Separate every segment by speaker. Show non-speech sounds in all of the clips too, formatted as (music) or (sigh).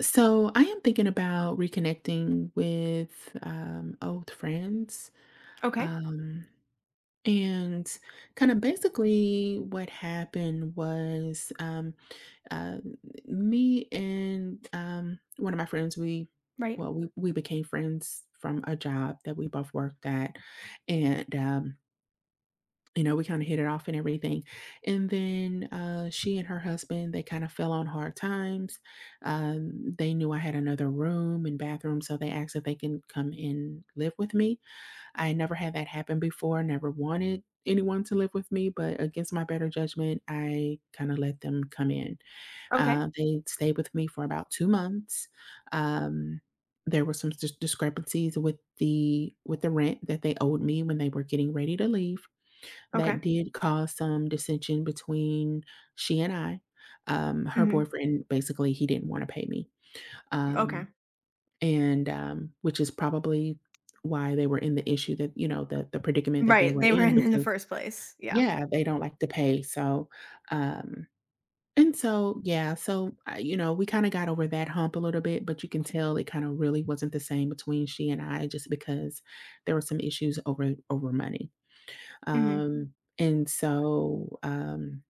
Speaker 1: So I am thinking about reconnecting with old friends.
Speaker 2: Okay.
Speaker 1: Um, and kind of basically what happened was uh, me and one of my friends,
Speaker 2: Right.
Speaker 1: well, we became friends from a job that we both worked at. And we kinda hit it off and everything, and then, she and her husband, they kinda fell on hard times. They knew I had another room and bathroom, so they asked if they can come and live with me. I had never had that happen before, never wanted anyone to live with me, but against my better judgment, I kinda let them come in.
Speaker 2: Okay.
Speaker 1: They stayed with me for about 2 months. Um, there were some discrepancies with the rent that they owed me when they were getting ready to leave. That
Speaker 2: Okay.
Speaker 1: did cause some dissension between she and I. Her
Speaker 2: Mhm.
Speaker 1: boyfriend, basically, he didn't wanna pay me, um,
Speaker 2: Okay.
Speaker 1: and, which is probably why they were in the issue that the predicament that they
Speaker 2: Right,
Speaker 1: were
Speaker 2: they were
Speaker 1: in
Speaker 2: in the
Speaker 1: because
Speaker 2: first place. Yeah.
Speaker 1: yeah, they don't like to pay, so, um and so, yeah, so, we kinda got over that hump a little bit, but you can tell it kinda really wasn't the same between she and I just because there were some issues over money.
Speaker 2: Mhm.
Speaker 1: And so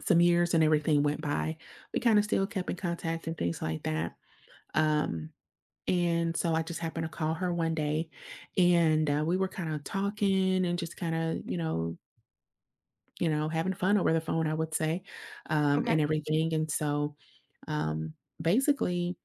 Speaker 1: Some years and everything went by. We kind of still kept in contact and things like that. Um, and so I just happened to call her one day, and we were kind of talking and just kind of having fun over the phone, I would say, and
Speaker 2: Okay.
Speaker 1: everything. And so um, basically.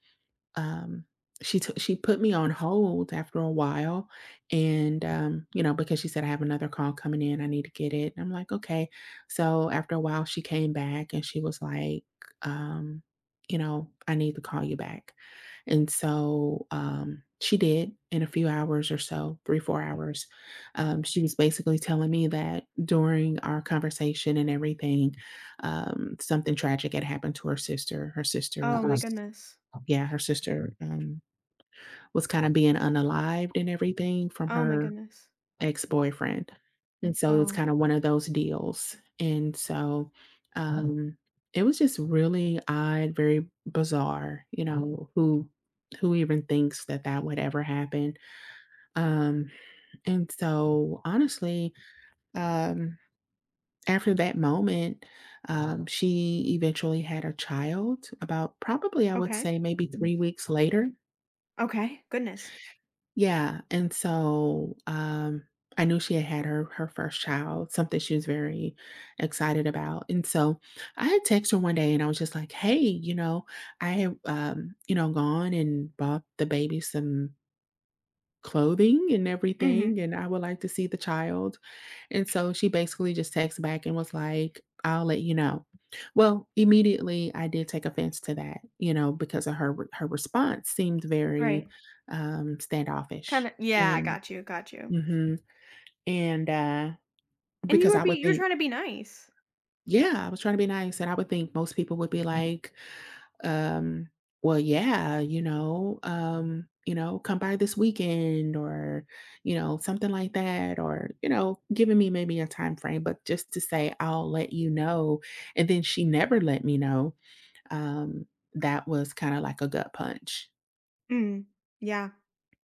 Speaker 1: Um, she put me on hold after a while, and, because she said, "I have another call coming in, I need to get it," and I'm like, "Okay." So after a while, she came back and she was like, um, "I need to call you back." And so, she did in a few hours or so, 3, 4 hours. She was basically telling me that during our conversation and everything, something tragic had happened to her sister. Her sister,
Speaker 2: Oh
Speaker 1: oh,
Speaker 2: my
Speaker 1: was,
Speaker 2: goodness.
Speaker 1: yeah, her sister, was kinda being unalived and everything from
Speaker 2: Oh my
Speaker 1: her
Speaker 2: goodness.
Speaker 1: ex-boyfriend, and so it was
Speaker 2: Oh.
Speaker 1: kinda one of those deals, and so, mm, it was just really odd, very bizarre, who even thinks that that would ever happen, um, and so, honestly, um, after that moment, she eventually had a child about probably, I would
Speaker 2: Okay.
Speaker 1: say, maybe 3 weeks later.
Speaker 2: Okay. Goodness.
Speaker 1: Yeah, and so, I knew she had had her first child, something she was very excited about, and so I had texted her one day, and I was just like, "Hey, you know, I have, gone and bought the baby some clothing and everything,
Speaker 2: Mhm.
Speaker 1: and I would like to see the child." And so she basically just texted back and was like, "I'll let you know." Well, immediately I did take offense to that, because of her response seemed very
Speaker 2: Right.
Speaker 1: standoffish.
Speaker 2: Kinda Yeah, I
Speaker 1: And
Speaker 2: got you, got you.
Speaker 1: mhm, and
Speaker 2: And
Speaker 1: because I would
Speaker 2: you were
Speaker 1: think,
Speaker 2: trying to be nice.
Speaker 1: yeah, I was trying to be nice and I would think most people would be like, um, well, yeah, come by this weekend or, something like that, or, giving me maybe a time frame, but just to say, I'll let you know. And then she never let me know. Um, that was kind of like a gut punch.
Speaker 2: Mm. Yeah.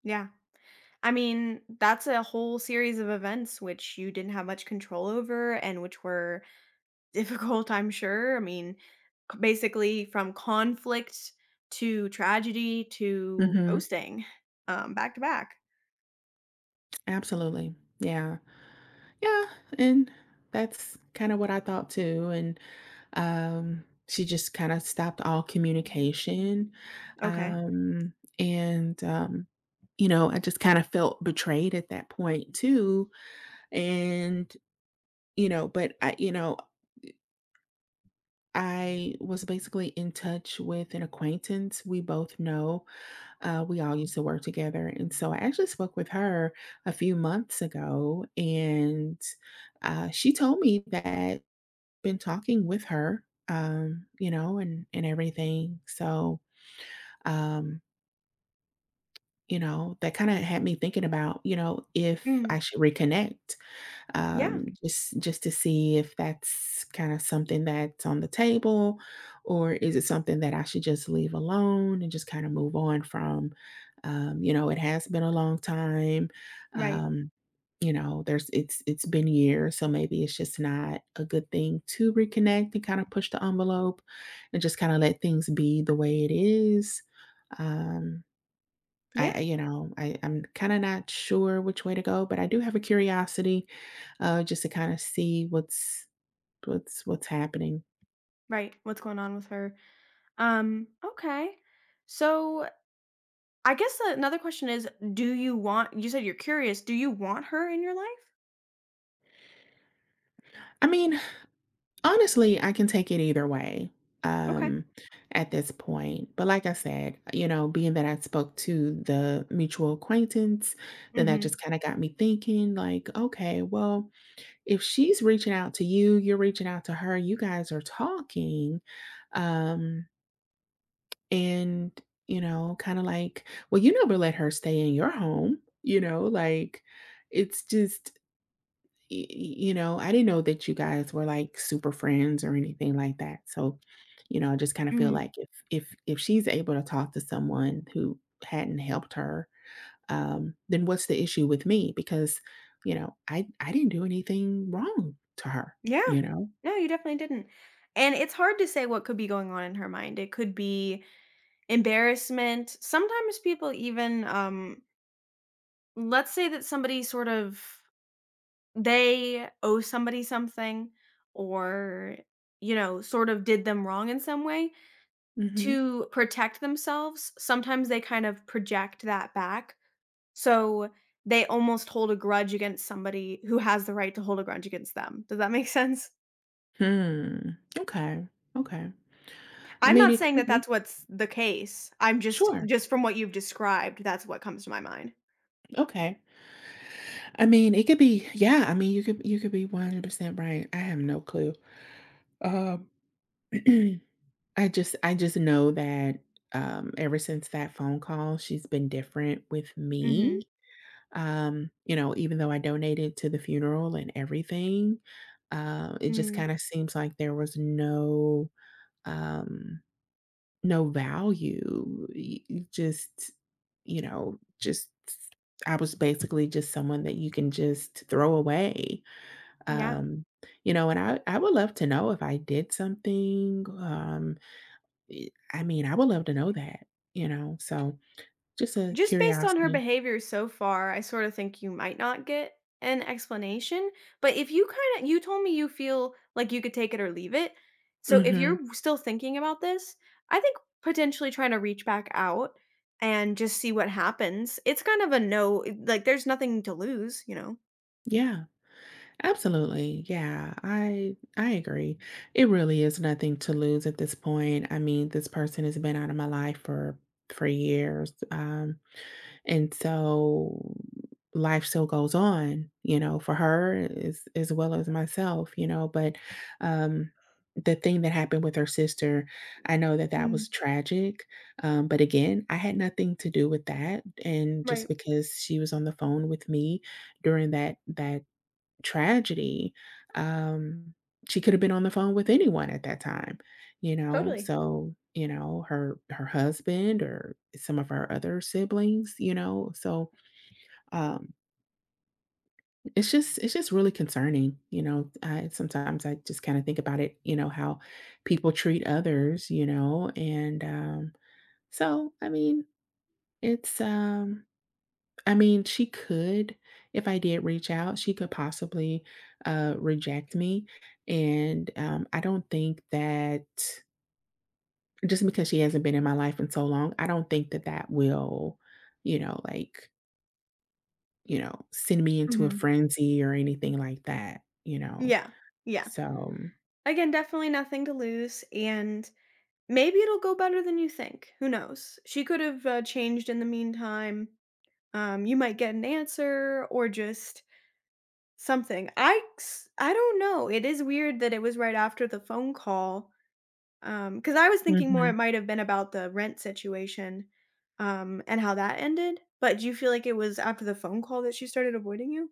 Speaker 2: Yeah. I mean, that's a whole series of events which you didn't have much control over and which were difficult, I'm sure. I mean, c basically from conflict to tragedy to
Speaker 1: Mhm.
Speaker 2: ghosting, back to back.
Speaker 1: Absolutely. Yeah. Yeah, and that's kinda what I thought too, and, she just kinda stopped all communication,
Speaker 2: Okay.
Speaker 1: um, and, um, I just kinda felt betrayed at that point too, and, but I was basically in touch with an acquaintance we both know. We all used to work together. And so I actually spoke with her a few months ago, and she told me that been talking with her, and everything. So, um, that kind of had me thinking about, if I
Speaker 2: Mm.
Speaker 1: should reconnect,
Speaker 2: Yeah.
Speaker 1: just to see if that's kind of something that's on the table, or is it something that I should just leave alone and just kind of move on from? You know, it has been a long time.
Speaker 2: Right.
Speaker 1: Um, you know, there's It's been years, so maybe it's just not a good thing to reconnect and kind of push the envelope and just kind of let things be the way it is. Um,
Speaker 2: Yeah.
Speaker 1: I'm kinda not sure which way to go, but I do have a curiosity, just to kinda see what's happening.
Speaker 2: Right. What's going on with her? Okay. So I guess another question is, do you want you said you're curious, do you want her in your life?
Speaker 1: I mean, honestly, I can take it either way,
Speaker 2: Okay.
Speaker 1: um, at this point, but like I said, being that I spoke to the mutual acquaintance, then that
Speaker 2: Mhm.
Speaker 1: just kinda got me thinking like, "Okay, well, if she's reaching out to you, you're reaching out to her, you guys are talking, um" And, kinda like, "Well, you never let her stay in your home," like, it's just I didn't know that you guys were, like, super friends or anything like that, so, I just kinda feel
Speaker 2: Mm.
Speaker 1: like if she's able to talk to someone who hadn't helped her, then what's the issue with me? Because, I didn't do anything wrong to her,
Speaker 2: Yeah.
Speaker 1: you know?
Speaker 2: No, you definitely didn't. And it's hard to say what could be going on in her mind. It could be embarrassment. Sometimes people even, let's say that somebody sort of they owe somebody something or, sort of did them wrong in some way.
Speaker 1: Mhm.
Speaker 2: To protect themselves, sometimes they kind of project that back. So they almost hold a grudge against somebody who has the right to hold a grudge against them. Does that make (laughs) sense?
Speaker 1: Hmm. Okay. Okay. I
Speaker 2: I'm
Speaker 1: mean,
Speaker 2: not
Speaker 1: it
Speaker 2: saying
Speaker 1: could
Speaker 2: that
Speaker 1: be.
Speaker 2: that's what's the case. I'm just
Speaker 1: Sure.
Speaker 2: just from what you've described, that's what comes to my mind.
Speaker 1: Okay. I mean, it could be, yeah, I mean, you could be 100% right. I have no clue. Um, (clears throat) I just know that, ever since that phone call, she's been different with me.
Speaker 2: Mhm.
Speaker 1: Even though I donated to the funeral and everything, it just
Speaker 2: Mm.
Speaker 1: kinda seems like there was um, no value. Y y just, you know, just I was basically just someone that you can just throw away.
Speaker 2: Yeah.
Speaker 1: Um, and I would love to know if I did something, e I mean, I would love to know that, you know? So, just a
Speaker 2: Just based on her
Speaker 1: curiosity.
Speaker 2: behavior so far, I sort of think you might not get an explanation, but if you told me you feel like you could take it or leave it, so if
Speaker 1: Mhm.
Speaker 2: you're still thinking about this, I think potentially trying to reach back out and just see what happens. It's kind of a no like, there's nothing to lose, you know?
Speaker 1: Yeah. Absolutely, yeah. I agree. It really is nothing to lose at this point. I mean, this person has been out of my life for years. And so life still goes on, you know, for her as well as myself, but um the thing that happened with her sister, I know that that
Speaker 2: Mm,
Speaker 1: was tragic. But again, I had nothing to do with that. And just
Speaker 2: right.
Speaker 1: because she was on the phone with me during that tragedy, um, she could have been on the phone with anyone at that time,
Speaker 2: Totally.
Speaker 1: so, her husband or some of her other siblings, so, um, it's just really concerning, I sometimes I just kinda think about it, how people treat others, and, so, I mean, it's, um I mean, she could if I did reach out, she could possibly, reject me, and, I don't think that just because she hasn't been in my life in so long, I don't think that that will, you know, like, send me into a
Speaker 2: Mhm.
Speaker 1: frenzy or anything like that, you know?
Speaker 2: Yeah. Yeah.
Speaker 1: So
Speaker 2: Again, definitely nothing to lose, and maybe it'll go better than you think. Who knows? She could have, changed in the meantime. You might get an answer or just something. I don't know. It is weird that it was right after the phone call. Because I was thinking more it
Speaker 1: mhm.
Speaker 2: might have been about the rent situation, and how that ended. But do you feel like it was after the phone call that she started avoiding you?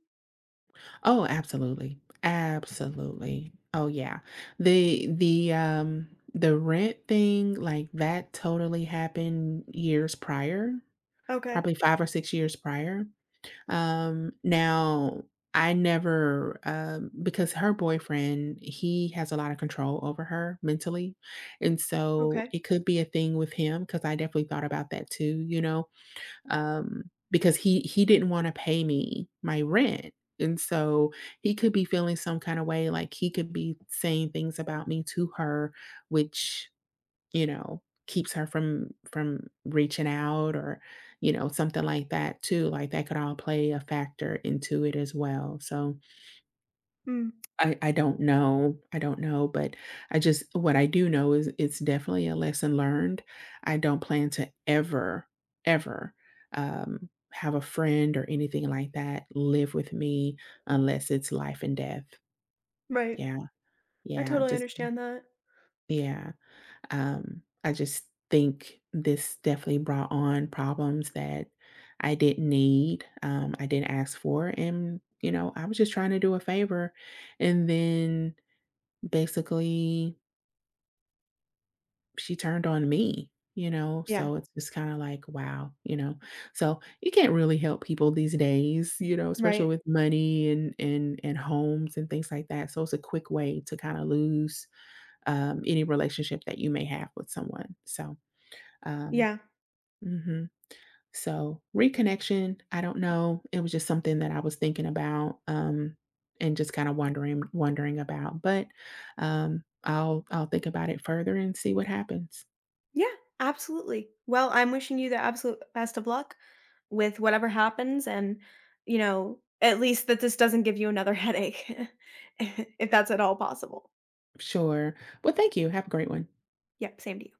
Speaker 1: Oh, absolutely. Absolutely. Oh, yeah. The the rent thing, like, that totally happened years prior.
Speaker 2: Okay.
Speaker 1: Probably 5 or 6 years prior. Now I never, because her boyfriend, he has a lot of control over her mentally, and so
Speaker 2: Okay.
Speaker 1: it could be a thing with him because I definitely thought about that too, because he didn't wanna pay me my rent, and so he could be feeling some kinda way, like, he could be saying things about me to her, which you know, keeps her from reaching out or, something like that too. Like that could all play a factor into it as well. So
Speaker 2: Mm,
Speaker 1: I don't know. I don't know, but I just what I do know is it's definitely a lesson learned. I don't plan to ever, ever have a friend or anything like that live with me unless it's life and death.
Speaker 2: right.
Speaker 1: Yeah.
Speaker 2: I
Speaker 1: Yeah.
Speaker 2: totally
Speaker 1: Just
Speaker 2: understand that.
Speaker 1: yeah. I just think this definitely brought on problems that I didn't need. I didn't ask for, and I was just trying to do a favor, and then basically she turned on me. You know,
Speaker 2: Yeah.
Speaker 1: so it's just kind of like, wow. So you can't really help people these days, especially
Speaker 2: Right.
Speaker 1: with money and and homes and things like that. So it's a quick way to kind of lose any relationship that you may have with someone. So um,
Speaker 2: Yeah.
Speaker 1: hmm So reconnection, I don't know. It was just something that I was thinking about, and just kind of wondering about. But I'll think about it further and see what happens.
Speaker 2: Yeah, absolutely. Well, I'm wishing you the absolute best of luck with whatever happens and, at least that this doesn't give you another (laughs) headache (laughs) if that's at all possible.
Speaker 1: Sure. Well, thank you. Have a great one.
Speaker 2: Yep, same to you.